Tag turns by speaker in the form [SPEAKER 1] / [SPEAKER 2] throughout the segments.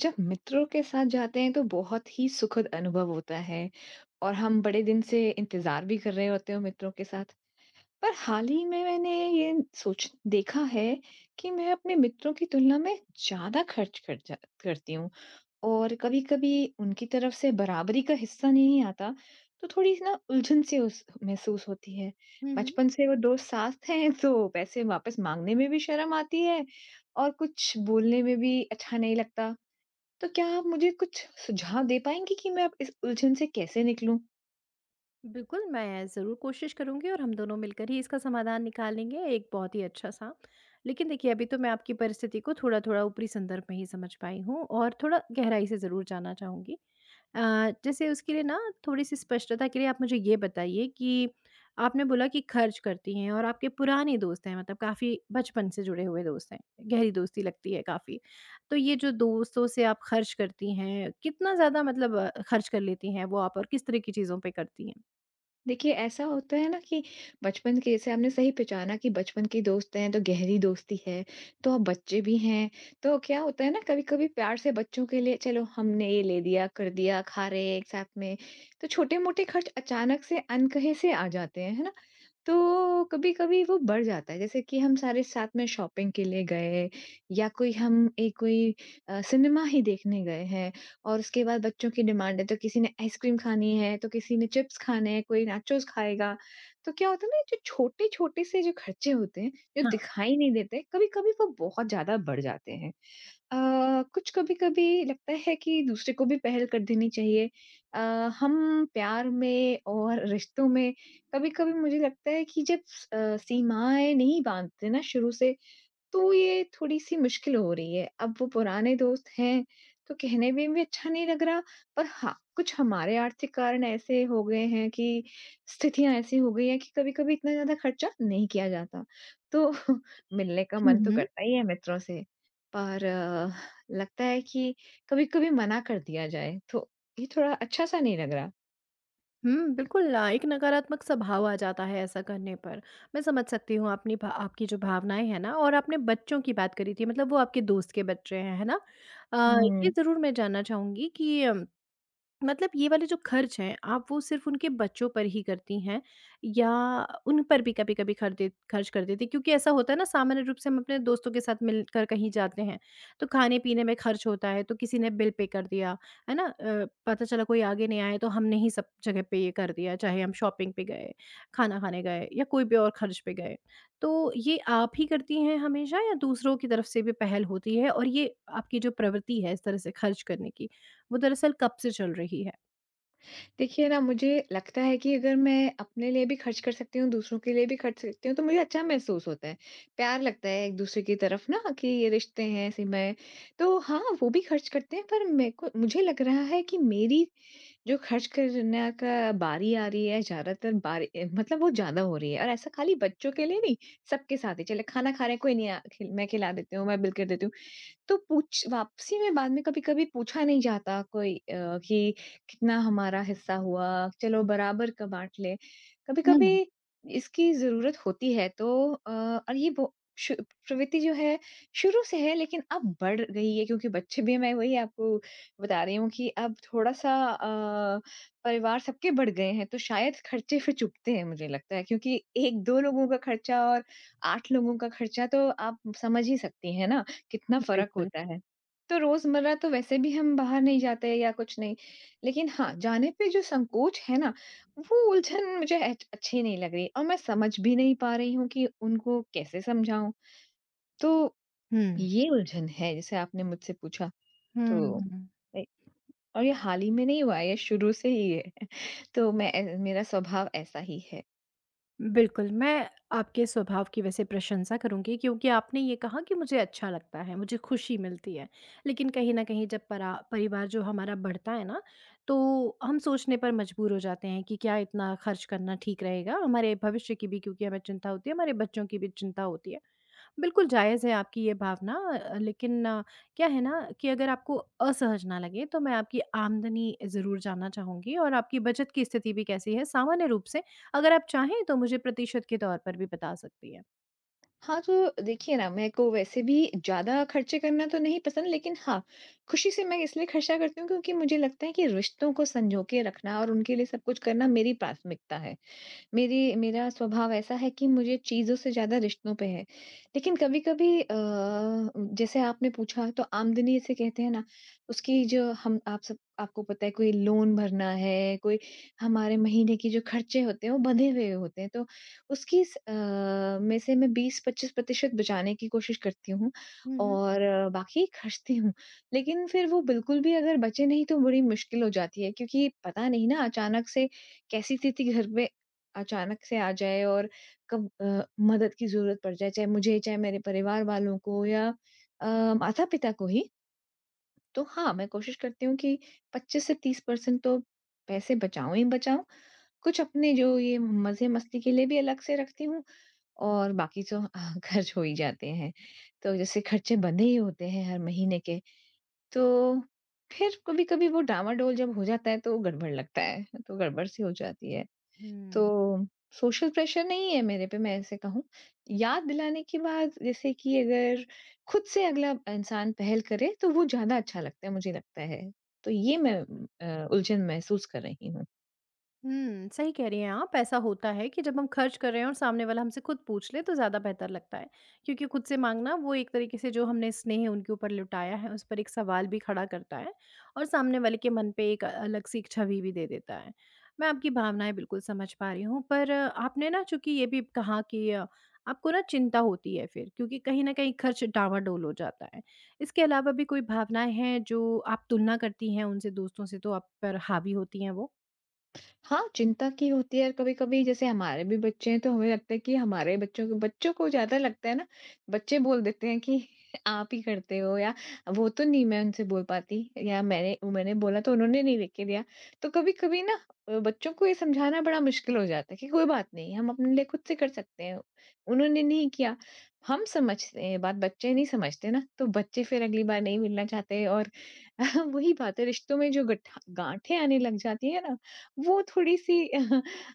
[SPEAKER 1] जब मित्रों के साथ जाते हैं तो बहुत ही सुखद अनुभव होता है। और हम बड़े दिन से इंतजार भी कर रहे होते हैं मित्रों के साथ। पर हाल ही में मैंने ये सोच देखा है कि मैं अपने मित्रों की तुलना में ज्यादा खर्च कर करती हूँ। और कभी कभी उनकी तरफ से बराबरी का हिस्सा नहीं आता। तो थोड़ी ना उलझन सी महसूस होती है।
[SPEAKER 2] हुँ, हुँ।
[SPEAKER 1] बचपन से वो दोस्त साथ हैं तो पैसे वापस मांगने में भी शर्म आती है और कुछ बोलने में भी अच्छा नहीं लगता। तो क्या आप मुझे कुछ सुझाव दे पाएँगी कि मैं अब इस उलझन से कैसे निकलूँ?
[SPEAKER 2] बिल्कुल, मैं ज़रूर कोशिश करूँगी और हम दोनों मिलकर ही इसका समाधान निकालेंगे एक बहुत ही अच्छा-सा। लेकिन देखिए, अभी तो मैं आपकी परिस्थिति को थोड़ा-थोड़ा ऊपरी संदर्भ में ही समझ पाई हूँ और थोड़ा गहराई से ज़रूर जानना चाहूँगी। जैसे उसके लिए ना, थोड़ी-सी स्पष्टता के लिए आप मुझे ये बताइए कि आपने बोला कि खर्च करती हैं और आपके पुराने दोस्त हैं, मतलब काफ़ी बचपन से जुड़े हुए दोस्त हैं, गहरी दोस्ती लगती है काफ़ी। तो ये जो दोस्तों से आप खर्च करती हैं, कितना ज़्यादा मतलब खर्च कर लेती हैं वो आप, और किस तरह की चीज़ों पे करती हैं?
[SPEAKER 1] देखिए, ऐसा होता है ना कि बचपन के जैसे आपने सही पहचाना कि बचपन के दोस्त हैं, तो गहरी दोस्ती है, तो अब बच्चे भी हैं। तो क्या होता है ना, कभी-कभी प्यार से बच्चों के लिए चलो हमने ये ले दिया, कर दिया, खा रहे हैं एक साथ में। तो छोटे-मोटे खर्च अचानक से अनकहे से आ जाते हैं, है ना? तो कभी-कभी वो बढ़ जाता है, जैसे कि हम सारे साथ में शॉपिंग के लिए गए या कोई हम एक कोई सिनेमा ही देखने गए हैं। और उसके बाद बच्चों की डिमांड है, तो किसी ने आइसक्रीम खानी है, तो किसी ने चिप्स खाने हैं, कोई नाचोस खाएगा। तो क्या होता है ना, जो छोटे-छोटे से जो खर्चे होते हैं, जो दिखाई नहीं देते, कभी-कभी वो बहुत ज़्यादा बढ़ जाते हैं। अ, कुछ कभी-कभी लगता है कि दूसरे को भी पहल कर देनी चाहिए। अ, हम प्यार में और रिश्तों में कभी-कभी मुझे लगता है कि जब सीमाएँ नहीं बाँधते ना शुरू से तो ये थोड़ी-सी मुश्किल हो रही है। अब वो पुराने दोस्त हैं, तो कहने में भी अच्छा नहीं लग रहा, पर हाँ, कुछ हमारे आर्थिक कारण ऐसे हो गए हैं कि स्थितियाँ ऐसी हो गई हैं कि कभी-कभी इतना ज़्यादा खर्चा नहीं किया जाता। तो मिलने का मन तो
[SPEAKER 2] हाँ।
[SPEAKER 1] करता ही है मित्रों से, पर लगता है कि कभी-कभी मना कर दिया जाए, तो ये थोड़ा अच्छा-सा नहीं लग रहा।
[SPEAKER 2] बिल्कुल, एक नकारात्मक सा भाव आ जाता है ऐसा करने पर। मैं समझ सकती हूँ अपनी भा आपकी जो भावनाएँ हैं ना, और आपने बच्चों की बात करी थी, मतलब वो आपके दोस्त के बच्चे हैं, है ना? अ, ये
[SPEAKER 1] हुँ।
[SPEAKER 2] ज़रूर मैं जानना चाहूँगी कि मतलब ये वाले जो खर्च हैं, आप वो सिर्फ़ उनके बच्चों पर ही करती हैं या उन पर भी कभी-कभी खर दे खर्च कर देती हैं? क्योंकि ऐसा होता है ना, सामान्य रूप से हम अपने दोस्तों के साथ मिलकर कहीं जाते हैं, तो खाने-पीने में खर्च होता है, तो किसी ने बिल पे कर दिया, है ना? पता चला कोई आगे नहीं आया तो हमने ही सब जगह पे ये कर दिया, चाहे हम शॉपिंग पे गए, खाना खाने गए या कोई भी और खर्च पे गए। तो ये आप ही करती हैं हमेशा, या दूसरों की तरफ से भी पहल होती है? और ये आपकी जो प्रवृत्ति है इस तरह से खर्च करने की, वो दरअसल कब से चल रही है?
[SPEAKER 1] देखिए ना, मुझे लगता है कि अगर मैं अपने लिए भी खर्च कर सकती हूँ, दूसरों के लिए भी खर्च सकती हूँ, तो मुझे अच्छा महसूस होता है। प्यार लगता है एक-दूसरे की तरफ ना कि ये रिश्ते हैं, ऐसे मैं तो हाँ, वो भी खर्च करते हैं पर मेरे को मुझे लग रहा है कि मेरी जो खर्च करने का बारी आ रही है, ज़्यादातर बारी मतलब वो ज़्यादा हो रही है और ऐसा खाली बच्चों के लिए नहीं, सबके साथ है। चले खाना खा रहे हैं, कोई नहीं अ, खिल मैं खिला देती हूँ, मैं बिल कर देती हूँ। तो पूछ वापसी में बाद में कभी-कभी पूछा नहीं जाता कोई कि कितना हमारा हिस्सा हुआ, चलो बराबर का बाँट लें। कभी-कभी
[SPEAKER 2] हुँ।
[SPEAKER 1] इसकी ज़रूरत होती है तो और ये बो शु प्रवृत्ति जो है शुरू से है लेकिन अब बढ़ गई है क्योंकि बच्चे भी मैं वही आपको बता रही हूँ कि अब थोड़ा-सा परिवार सबके बढ़ गए हैं, तो शायद खर्चे फिर चुभते हैं मुझे लगता है क्योंकि 1-2 लोगों का खर्चा और 8 लोगों का खर्चा तो आप समझ ही सकती हैं ना। कितना फ़र्क
[SPEAKER 2] बिल्कुल।
[SPEAKER 1] होता है। तो रोज़मर्रा तो वैसे भी हम बाहर नहीं जाते या कुछ नहीं, लेकिन हाँ, जाने पे जो संकोच है ना, वो उलझन मुझे एच अच्छी नहीं लग रही और मैं समझ भी नहीं पा रही हूँ कि उनको कैसे समझाऊँ। तो
[SPEAKER 2] हुँ।
[SPEAKER 1] ये उलझन है जैसे आपने मुझसे पूछा। तो
[SPEAKER 2] हुँ।
[SPEAKER 1] ए और ये हाल ही में नहीं हुआ है, ये शुरू से ही है। तो मैं ए मेरा स्वभाव ऐसा ही है।
[SPEAKER 2] बिल्कुल, मैं आपके स्वभाव की वैसे प्रशंसा करूँगी, क्योंकि आपने ये कहा कि मुझे अच्छा लगता है, मुझे खुशी मिलती है। लेकिन कहीं न कहीं, जब परा परिवार जो हमारा बढ़ता है ना, तो हम सोचने पर मजबूर हो जाते हैं कि क्या इतना खर्च करना ठीक रहेगा? हमारे भविष्य की भी, क्योंकि हमें चिंता होती है, हमारे बच्चों की भी चिंता होती है। बिल्कुल जायज़ है आपकी ये भावना, लेकिन क्या है ना, कि अगर आपको असहज ना लगे तो मैं आपकी आमदनी ज़रूर जानना चाहूँगी, और आपकी बचत की स्थिति भी कैसी है? सामान्य रूप से, अगर आप चाहें तो मुझे प्रतिशत के तौर पर भी बता सकती हैं।
[SPEAKER 1] हाँ, तो देखिए ना, मेरे को वैसे भी ज़्यादा खर्चे करना तो नहीं पसंद, लेकिन हाँ, खुशी से मैं इसलिए खर्चा करती हूँ क्योंकि मुझे लगता है कि रिश्तों को संजो के रखना और उनके लिए सब कुछ करना मेरी प्राथमिकता है। मेरी मेरा स्वभाव ऐसा है कि मुझे चीज़ों से ज़्यादा रिश्तों पे है। लेकिन कभी-कभी जैसे आपने पूछा तो आमदनी इसे कहते हैं ना, उसकी जो हम आप सब आपको पता है कोई लोन भरना है, कोई हमारे महीने की जो खर्चे होते हैं वो बंधे हुए होते हैं। तो उसकी में से मैं 20-25% बचाने की कोशिश करती हूँ
[SPEAKER 2] हुँ, हुँ।
[SPEAKER 1] और बाकी खर्चती हूँ। लेकिन फिर वो बिल्कुल भी अगर बचे नहीं तो बड़ी मुश्किल हो जाती है क्योंकि पता नहीं ना अचानक से कैसी स्थिति घर पे अचानक से आ जाए और कब मदद की ज़रूरत पड़ जाए, चाहे मुझे, चाहे मेरे परिवार वालों को या अ, माता-पिता को ही, तो हाँ, मैं कोशिश करती हूँ कि 25 से 30% तो पैसे बचाऊँ ही बचाऊँ। कुछ अपने जो ये मज़े-मस्ती के लिए भी अलग से रखती हूँ और बाकी तो खर्च हो ही जाते हैं। तो जैसे खर्चे बंधे ही होते हैं हर महीने के, तो फिर कभी-कभी वो डामाडोल जब हो जाता है, तो गड़बड़ लगता है, तो गड़बड़ सी हो जाती है।
[SPEAKER 2] हुँ।
[SPEAKER 1] तो सोशल प्रेशर नहीं है मेरे पे मैं ऐसे कहूँ। याद दिलाने के बाद जैसे कि अगर खुद से अगला इंसान पहल करे तो वो ज़्यादा अच्छा लगता है, मुझे लगता है। तो ये मैं उलझन महसूस कर रही हूँ।
[SPEAKER 2] सही कह रही हैं आप। ऐसा होता है कि जब हम खर्च कर रहे हैं और सामने वाला हमसे खुद पूछ ले, तो ज़्यादा बेहतर लगता है। क्योंकि खुद से माँगना वो एक तरीके से जो हमने स्नेह उनके ऊपर लुटाया है, उस पर एक सवाल भी खड़ा करता है, और सामने वाले के मन पे एक अलग सी एक छवि भी दे देता है। मैं आपकी भावनाएँ बिल्कुल समझ पा रही हूँ, पर आपने ना, चूँकि ये भी कहा कि आपको ना चिंता होती है फिर, क्योंकि कहीं न कहीं खर्च डामाडोल हो जाता है। इसके अलावा भी कोई भावनाएँ हैं जो आप तुलना करती हैं उनसे, दोस्तों से, तो आप पर हावी होती हैं वो?
[SPEAKER 1] हाँ, चिंता की होती है और कभी-कभी जैसे हमारे भी बच्चे हैं तो हमें लगता है कि हमारे बच्चों के बच्चों को ज़्यादा लगता है ना, बच्चे बोल देते हैं कि आप ही करते हो या वो तो नहीं मैं उनसे बोल पाती या मैंने मैंने बोला तो उन्होंने नहीं लेके दिया। तो कभी-कभी ना बच्चों को ये समझाना बड़ा मुश्किल हो जाता है कि कोई बात नहीं, हम अपने लिए खुद से कर सकते हैं। उन्होंने नहीं किया, हम समझते हैं बात, बच्चे नहीं समझते ना, तो बच्चे फिर अगली बार नहीं मिलना चाहते और वही बात है रिश्तों में जो गठा गाँठें आने लग जाती है ना, वो थोड़ी-सी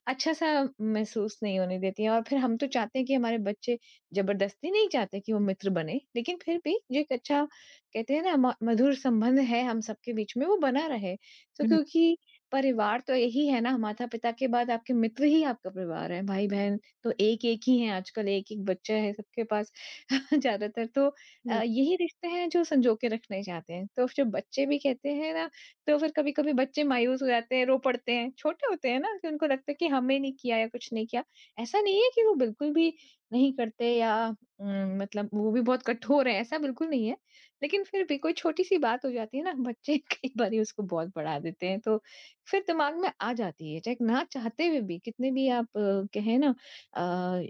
[SPEAKER 1] अच्छा-सा महसूस नहीं होने देती है और फिर हम तो चाहते हैं कि हमारे बच्चे ज़बरदस्ती नहीं चाहते कि वो मित्र बने, लेकिन फिर भी जो एक अच्छा कहते हैं ना म मधुर संबंध है हम सबके बीच में वो बना रहे। तो
[SPEAKER 2] हुँ,
[SPEAKER 1] क्योंकि परिवार तो यही है ना, माता-पिता के बाद आपके मित्र ही आपका परिवार है, भाई-बहन तो एक-एक ही हैं आजकल, एक-एक बच्चा है सबके पास ज़्यादातर तो
[SPEAKER 2] बिल्कुल।
[SPEAKER 1] यही रिश्ते हैं जो संजो के रखना चाहते हैं। तो जो बच्चे भी कहते हैं ना तो फिर कभी-कभी बच्चे मायूस हो जाते हैं, रो पड़ते हैं। छोटे होते हैं ना कि उनको लगता है कि हमें नहीं किया या कुछ नहीं किया। ऐसा नहीं है कि वो बिल्कुल भी नहीं करते या मतलब वो भी बहुत कठोर हैं, ऐसा बिल्कुल नहीं है। लेकिन फिर भी कोई छोटी-सी बात हो जाती है ना, बच्चे कई बारी उसको बहुत बढ़ा देते हैं, तो फिर दिमाग में आ जाती है, चाहे ना चाहते हुए भी, कितने भी आप कहें ना अ,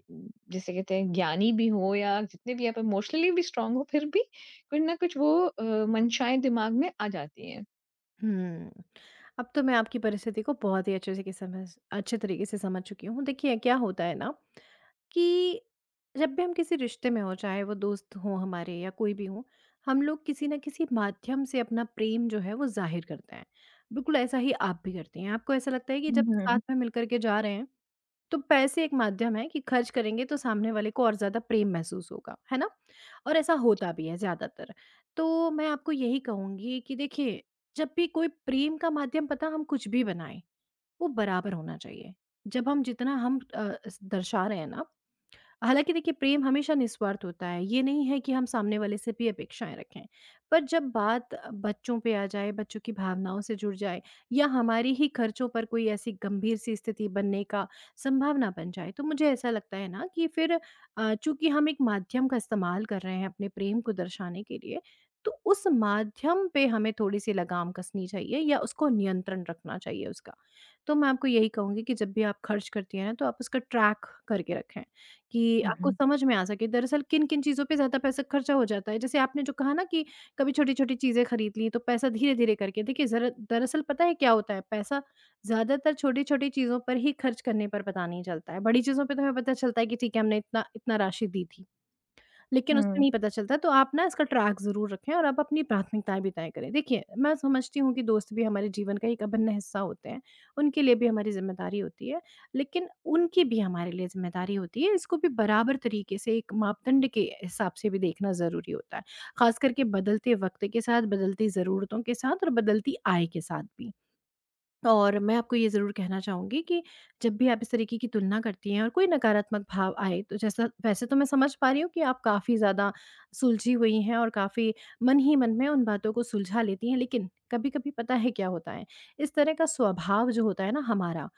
[SPEAKER 1] जिसे कहते हैं ज्ञानी भी हो या जितने भी आप इमोशनली भी स्ट्रांग हो, फिर भी कुछ ना कुछ वो मंशाएँ दिमाग में आ जाती हैं।
[SPEAKER 2] हम्म, अब तो मैं आपकी परिस्थिति को बहुत ही अच्छे तरीके से समझ चुकी हूँ। देखिए क्या होता है ना, कि जब भी हम किसी रिश्ते में हों, चाहे वो दोस्त हों हमारे या कोई भी हो, हम लोग किसी न किसी माध्यम से अपना प्रेम जो है वो ज़ाहिर करते हैं। बिल्कुल ऐसा ही आप भी करती हैं। आपको ऐसा लगता है कि जब
[SPEAKER 1] हुँ।
[SPEAKER 2] साथ
[SPEAKER 1] हुँ।
[SPEAKER 2] में मिलकर के जा रहे हैं, तो पैसे एक माध्यम है कि खर्च करेंगे तो सामने वाले को और ज़्यादा प्रेम महसूस होगा, है ना? और ऐसा होता भी है ज़्यादातर। तो मैं आपको यही कहूँगी कि देखिए, जब भी कोई प्रेम का माध्यम, पता, हम कुछ भी बनाएँ, वो बराबर होना चाहिए। जब हम, जितना हम अ, स दर्शा रहे हैं ना, हालाँकि देखिए प्रेम हमेशा निस्वार्थ होता है, ये नहीं है कि हम सामने वाले से भी अपेक्षाएँ रखें। पर जब बात बच्चों पे आ जाए, बच्चों की भावनाओं से जुड़ जाए, या हमारे ही खर्चों पर कोई ऐसी गंभीर सी स्थिति बनने का संभावना बन जाए, तो मुझे ऐसा लगता है ना, कि फिर चूँकि हम एक माध्यम का इस्तेमाल कर रहे हैं अपने प्रेम को दर्शाने के लिए, तो उस माध्यम पे हमें थोड़ी-सी लगाम कसनी चाहिए, या उसको नियंत्रण रखना चाहिए उसका। तो मैं आपको यही कहूँगी कि जब भी आप खर्च करती हैं ना, तो आप उसका ट्रैक करके रखें, कि आपको समझ में आ सके दरअसल किन-किन चीज़ों पे ज़्यादा पैसा खर्चा हो जाता है। जैसे आपने जो कहा ना कि कभी छोटी-छोटी चीज़ें खरीद ली, तो पैसा धीरे-धीरे करके, देखिए ज़रा, दरअसल पता है क्या होता है, पैसा ज़्यादातर छोटी-छोटी चीज़ों पर ही खर्च करने पर पता नहीं चलता है। बड़ी चीज़ों पे तो हमें पता चलता है कि ठीक है, हमने इतना इतना राशि दी थी। लेकिन उसमें
[SPEAKER 1] हुँ।
[SPEAKER 2] नहीं पता चलता, तो आप ना, इसका ट्रैक ज़रूर रखें, और आप अपनी प्राथमिकताएँ भी तय करें। देखिए, मैं समझती हूँ कि दोस्त भी हमारे जीवन का एक अभिन्न हिस्सा होते हैं, उनके लिए भी हमारी ज़िम्मेदारी होती है, लेकिन उनकी भी हमारे लिए ज़िम्मेदारी होती है, इसको भी बराबर तरीके से एक मापदंड के हिसाब से भी देखना ज़रूरी होता है। ख़ास करके बदलते वक़्त के साथ, बदलती ज़रूरतों के साथ, और बदलती आय के साथ भी। और मैं आपको ये ज़रूर कहना चाहूँगी कि जब भी आप इस तरीके की तुलना करती हैं और कोई नकारात्मक भाव आए, तो जैसा, वैसे तो मैं समझ पा रही हूँ कि आप काफ़ी ज़्यादा सुलझी हुई हैं और काफ़ी मन ही मन में उन बातों को सुलझा लेती हैं, लेकिन कभी कभी पता है क्या होता है, इस तरह का स्वभाव जो होता है ना हमारा,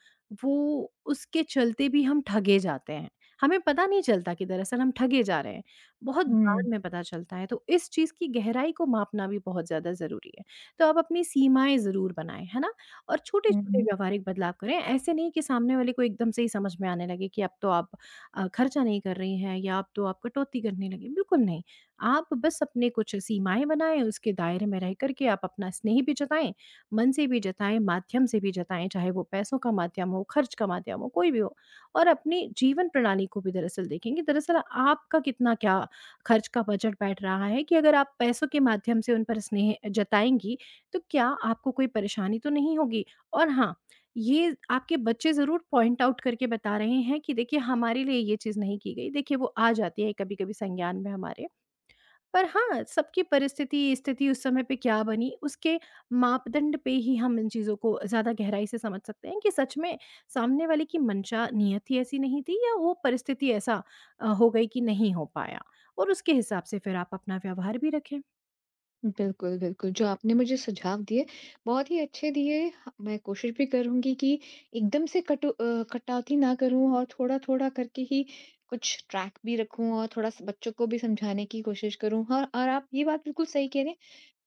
[SPEAKER 2] वो उसके चलते भी हम ठगे जाते हैं। हमें पता नहीं चलता कि दरअसल हम ठगे जा रहे हैं, बहुत बाद
[SPEAKER 1] हुँ।
[SPEAKER 2] में पता चलता है, तो इस चीज़ की गहराई को मापना भी बहुत ज़्यादा ज़रूरी है। तो आप अपनी सीमाएं ज़रूर बनाएं, है ना, और
[SPEAKER 1] हुँ।
[SPEAKER 2] छोटे-छोटे
[SPEAKER 1] हुँ।
[SPEAKER 2] व्यावहारिक बदलाव करें। ऐसे नहीं कि सामने वाले को एकदम से ही समझ में आने लगे कि अब तो आप खर्चा नहीं कर रही हैं या अब तो आप कटौती करने लगे। बिल्कुल नहीं, आप बस अपने कुछ सीमाएँ बनाएँ, उसके दायरे में रह कर के आप अपना स्नेह भी जताएँ, मन से भी जताएँ, माध्यम से भी जताएँ, चाहे वो पैसों का माध्यम हो, खर्च का माध्यम हो, कोई भी हो। और अपनी जीवन प्रणाली को भी दरअसल देखें कि दरअसल आपका कितना क्या खर्च का बजट बैठ रहा है, कि अगर आप पैसों के माध्यम से उन पर स्नेह जताएँगी, तो क्या आपको कोई परेशानी तो नहीं होगी? और हाँ, ये आपके बच्चे ज़रूर पॉइंट आउट करके बता रहे हैं कि देखिए, हमारे लिए ये चीज़ नहीं की गई। देखिए, वो आ जाती है कभी-कभी संज्ञान में हमारे। पर हाँ, सबकी परिस्थिति, स्थिति उस समय पे क्या बनी, उसके मापदंड पे ही हम इन चीज़ों को ज़्यादा गहराई से समझ सकते हैं कि सच में सामने वाले की मंशा, नियत ही ऐसी नहीं थी, या वो परिस्थिति ऐसा हो गई कि नहीं हो पाया। और उसके हिसाब से फिर आप अपना व्यवहार भी रखें।
[SPEAKER 1] बिल्कुल, बिल्कुल, जो आपने मुझे सुझाव दिए, बहुत ही अच्छे दिए। ह मैं कोशिश भी करूँगी कि एकदम से कटौती ना करूँ और थोड़ा-थोड़ा करके ही कुछ ट्रैक भी रखूँ और थोड़ा-सा बच्चों को भी समझाने की कोशिश करूँ। हाँ, और आप ये बात बिल्कुल सही कह रहे हैं।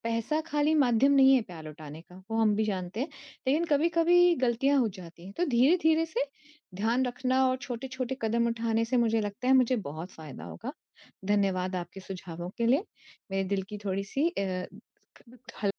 [SPEAKER 1] पैसा खाली माध्यम नहीं है प्यार लौटाने का, वो हम भी जानते हैं। लेकिन कभी-कभी गलतियाँ हो जाती हैं, तो धीरे-धीरे से ध्यान रखना और छोटे-छोटे कदम उठाने से मुझे लगता है मुझे बहुत फ़ायदा होगा। धन्यवाद आपके सुझावों के लिए। मेरे दिल की थोड़ी-सी